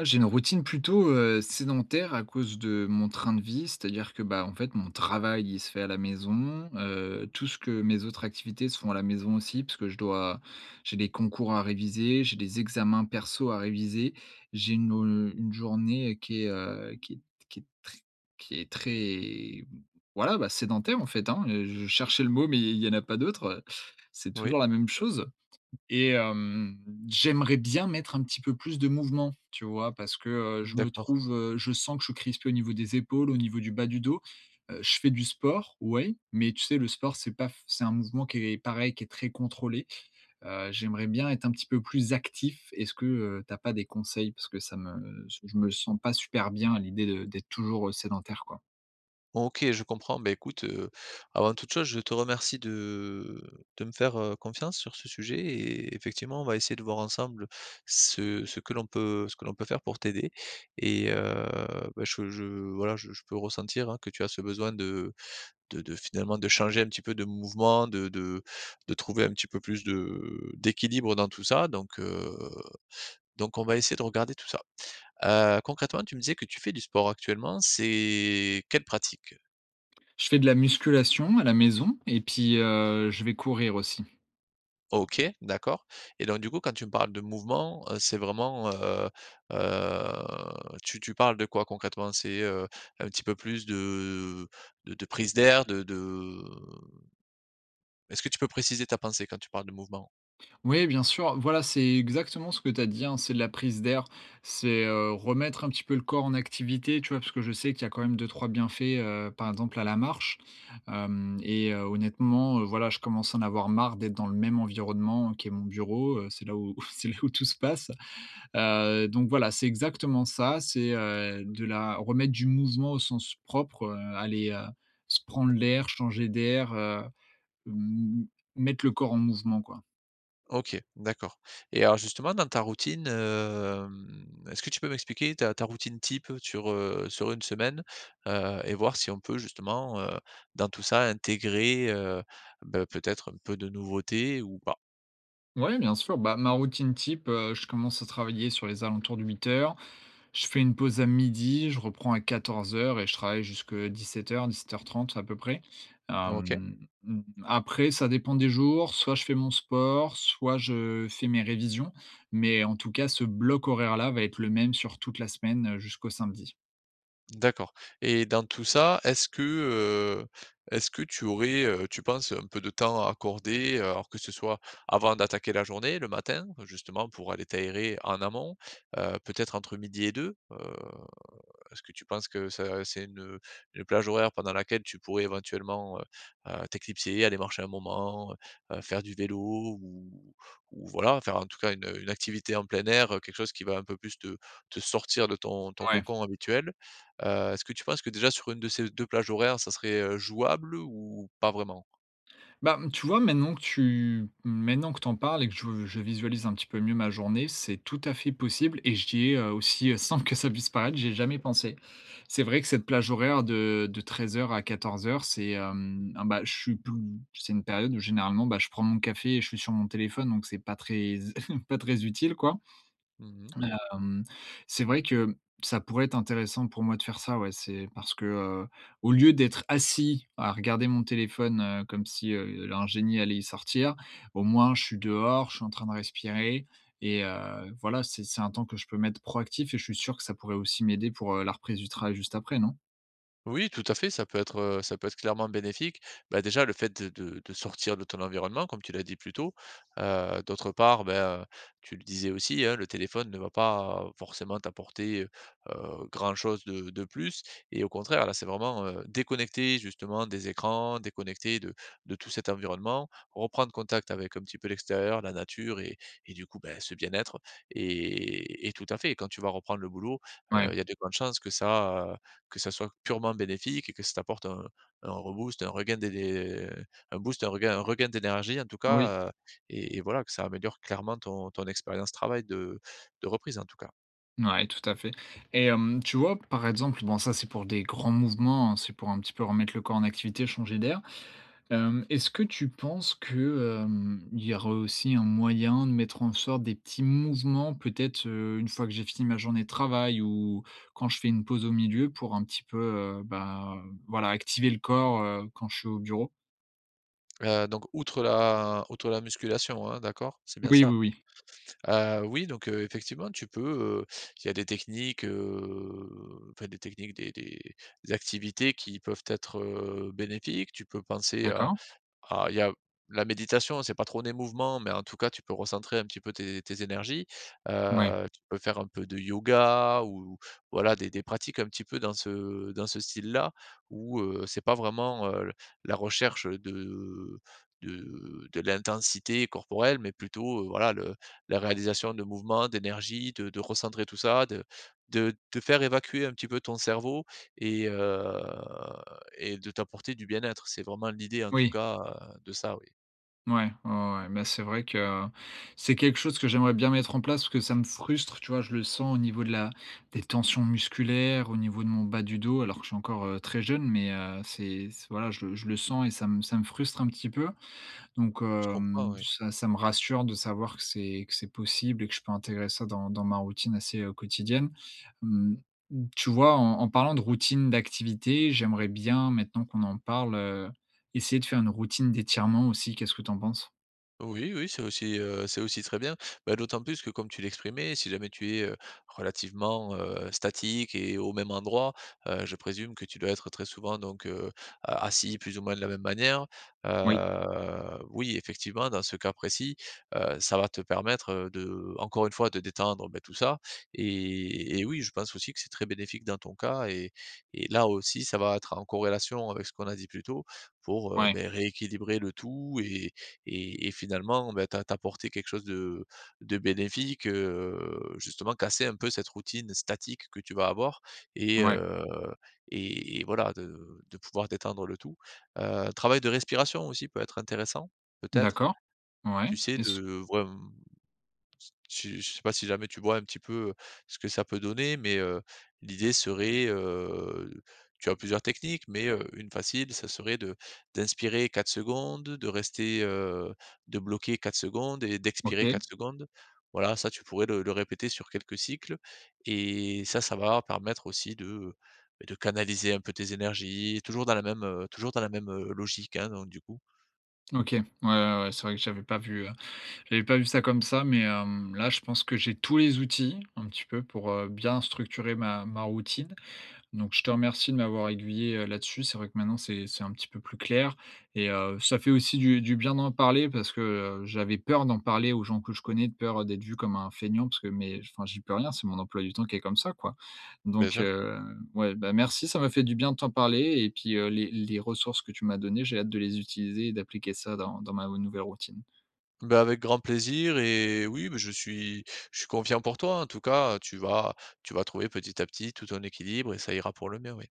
Ah, j'ai une routine plutôt, sédentaire à cause de mon train de vie. C'est-à-dire que, bah, en fait, mon travail, il se fait à la maison, tout ce que mes autres activités se font à la maison aussi parce que je dois j'ai des concours à réviser, j'ai des examens perso à réviser. J'ai une journée qui est très qui est très, voilà, bah, sédentaire, en fait, hein, je cherchais le mot mais il y en a pas d'autre, c'est Oui, toujours la même chose. Et j'aimerais bien mettre un petit peu plus de mouvement, tu vois? Parce que, d'accord. Je sens que je suis crispé au niveau des épaules, au niveau du bas du dos. Je fais du sport, ouais, mais tu sais, le sport, c'est pas c'est un mouvement qui est pareil, qui est très contrôlé. J'aimerais bien être un petit peu plus actif. Est-ce que, tu as pas des conseils? Parce que ça me je me sens pas super bien à l'idée de d'être toujours, sédentaire, quoi. OK, je comprends. Avant toute chose, je te remercie de me faire, confiance sur ce sujet et effectivement, on va essayer de voir ensemble ce que l'on peut faire pour t'aider et bah, je voilà, je peux ressentir, hein, que tu as ce besoin de finalement de changer un petit peu de mouvement, de trouver un petit peu plus de d'équilibre dans tout ça donc on va essayer de regarder tout ça. Concrètement, tu me disais que tu fais du sport actuellement, c'est quelle pratique? Je fais de la musculation à la maison et puis, je vais courir aussi. OK, d'accord, et donc du coup, quand tu me parles de mouvement, c'est vraiment, heu, tu parles de quoi concrètement? C'est, un petit peu plus de prise d'air, de est-ce que tu peux préciser ta pensée quand tu parles de mouvement? Oui, bien sûr. Voilà, c'est exactement ce que tu as dit, hein, c'est de la prise d'air, c'est, remettre un petit peu le corps en activité, tu vois? Parce que je sais qu'il y a quand même deux trois bienfaits, par exemple à la marche, hem et honnêtement, voilà, je commence à en avoir marre d'être dans le même environnement qui est mon bureau, c'est là où c'est là où tout se passe, donc voilà, c'est exactement ça, c'est, de la remettre du mouvement au sens propre, aller, se prendre l'air, changer d'air, m mettre le corps en mouvement, quoi. OK, d'accord, et alors justement dans ta routine, est-ce que tu peux m'expliquer ta routine type sur, sur une semaine? Et voir si on peut justement, dans tout ça intégrer, peut-être un peu de nouveauté ou pas? Ouais, bien sûr. Bah, ma routine type, je commence à travailler sur les alentours de 8 heures. Je fais une pause à midi, je reprends à 14 heures et je travaille jusque heures 17h30 à peu près. OK, Après ça dépend des jours, soit je fais mon sport, soit je fais mes révisions, mais en tout cas, ce bloc horaire-là va être le même sur toute la semaine, jusqu'au samedi. d'accord, et dans tout ça, est-ce que tu aurais, tu penses un peu de temps à accorder, alors que ce soit avant d'attaquer la journée, le matin, justement pour aller t'aérer en amont, peut-être entre midi et deux. Est-ce que tu penses que ça c'est une plage horaire pendant laquelle tu pourrais éventuellement, t'éclipser, aller marcher un moment, faire du vélo ou voilà, faire en tout cas une activité en plein air, quelque chose qui va un peu plus te sortir de ton Ouais. cocon habituel? Est-ce que tu penses que déjà sur une de ces 2 plages horaires, ça serait, jouable ou pas vraiment? Bah, tu vois, maintenant que t'en parles et que je visualise un petit peu mieux ma journée, c'est tout à fait possible et j'y ai, aussi, sans que ça puisse paraître, j'ai jamais pensé. C'est vrai que cette plage horaire de 13 heures à 14 heures c'est, ah, bah, je suis plus c'est une période où généralement, bah, je prends mon café et je suis sur mon téléphone donc c'est pas très pas très utile, quoi. Mmh. Hem, c'est vrai que ça pourrait être intéressant pour moi de faire ça, ouais. C'est parce que, au lieu d'être assis à regarder mon téléphone, comme si, un génie allait y sortir, au moins je suis dehors, je suis en train de respirer et voilà, c'est un temps que je peux mettre proactif et je suis sûr que ça pourrait aussi m'aider pour, la reprise du travail juste après, non? Oui, tout à fait, ça peut être clairement bénéfique. Bah, déjà le fait de sortir de ton environnement comme tu l'as dit plus tôt, d'autre part, tu le disais aussi, hein, le téléphone ne va pas forcément t'apporter, grand-chose de plus, et au contraire, là, c'est vraiment, déconnecter justement des écrans, déconnecter de tout cet environnement, reprendre contact avec un petit peu l'extérieur, la nature, et du coup, ben, ce bien-être, et tout à fait, quand tu vas reprendre le boulot, Ouais, il y a de grandes chances que ça soit purement bénéfique et que ça t'apporte un reboost, un regain d'é un boost, un regain d'énergie en tout oui, cas, et voilà, que ça améliore clairement ton expérience travail de reprise en tout cas. ouais, tout à fait et tu vois, par exemple, bon ça c'est pour des grands mouvements, hein, c'est pour un petit peu remettre le corps en activité, changer d'air. Est-ce que tu penses que, il y aurait aussi un moyen de mettre en sorte des petits mouvements, peut-être, une fois que j'ai fini ma journée de travail ou quand je fais une pause au milieu pour un petit peu, bah, voilà, activer le corps, quand je suis au bureau? Donc outre la musculation, hein, d'accord? C'est bien Oui, ça? oui, oui. Oui, donc effectivement tu peux, heu, il y a des techniques, enfin des techniques, des activités qui peuvent être, bénéfiques. Tu peux penser à… D'accord. Ah, il y a la méditation, c'est pas trop des mouvements, mais en tout cas, tu peux recentrer un petit peu tes énergies. Ouais. Tu peux faire un peu de yoga ou voilà, des pratiques un petit peu dans ce style-là où, c'est pas vraiment, l la recherche de l'intensité corporelle, mais plutôt, voilà, le la réalisation de mouvements, d'énergie, de recentrer tout ça, de faire évacuer un petit peu ton cerveau, et heu et de t'apporter du bien-être. C'est vraiment l'idée en tout Oui. cas, de ça, oui. Ouais, ouais, ouais, mais c'est vrai que c'est quelque chose que j'aimerais bien mettre en place parce que ça me frustre, tu vois, je le sens au niveau de la des tensions musculaires, au niveau de mon bas du dos, alors que je suis encore très jeune, mais voilà, je le sens et ça me frustre un petit peu. Donc Je comprends, oui. ça me rassure de savoir que c'est possible et que je peux intégrer ça dans ma routine assez quotidienne. Hum, Tu vois, en parlant de routine d'activité, j'aimerais bien, maintenant qu'on en parle, essayer de faire une routine d'étirement aussi. Qu'est-ce que tu en penses? Oui, oui, c'est aussi très bien. Bah, d'autant plus que comme tu l'exprimais, si jamais tu es, relativement, statique et au même endroit, je présume que tu dois être très souvent, donc, a assis plus ou moins de la même manière. Oui, Oui, effectivement, dans ce cas précis, ça va te permettre, de encore une fois de détendre, beh, tout ça, et oui, je pense aussi que c'est très bénéfique dans ton cas, et là aussi, ça va être en corrélation avec ce qu'on a dit plus tôt pour, ouais, beh, rééquilibrer le tout, et finalement, bah, t'apporter quelque chose de bénéfique, justement casser un peu cette routine statique que tu vas avoir, et ouais, heu et voilà, de pouvoir détendre le tout. Travail de respiration aussi peut être intéressant, peut-être. d'accord, Tu ouais, sais, de est-ce vraim tu je sais pas si jamais tu vois un petit peu, ce que ça peut donner, mais l'idée serait, tu as plusieurs techniques, mais une facile, ça serait de d'inspirer 4 secondes, de bloquer 4 secondes et d'expirer OK, 4 secondes. Voilà, ça tu pourrais le répéter sur quelques cycles, et ça va permettre aussi de canaliser un peu tes énergies, toujours dans la même, logique, hein, donc du coup. OK, ouais, ouais, ouais, c'est vrai que j'avais pas vu ça comme ça, mais, là, je pense que j'ai tous les outils un petit peu pour, bien structurer ma routine. Donc je te remercie de m'avoir aiguillé, là-dessus. C'est vrai que maintenant c'est un petit peu plus clair et ça fait aussi du bien d'en parler parce que, j'avais peur d'en parler aux gens que je connais, de peur d'être vu comme un feignant parce que mais enfin j'y peux rien, c'est mon emploi du temps qui est comme ça, quoi. Bien Donc sûr. Ouais, bah, merci, ça m'a fait du bien de t'en parler et puis, les ressources que tu m'as données, j'ai hâte de les utiliser et d'appliquer ça dans ma nouvelle routine. Bah, avec grand plaisir, et oui, mais je suis confiant pour toi. En tout cas, tu vas trouver petit à petit tout ton équilibre et ça ira pour le mieux, oui.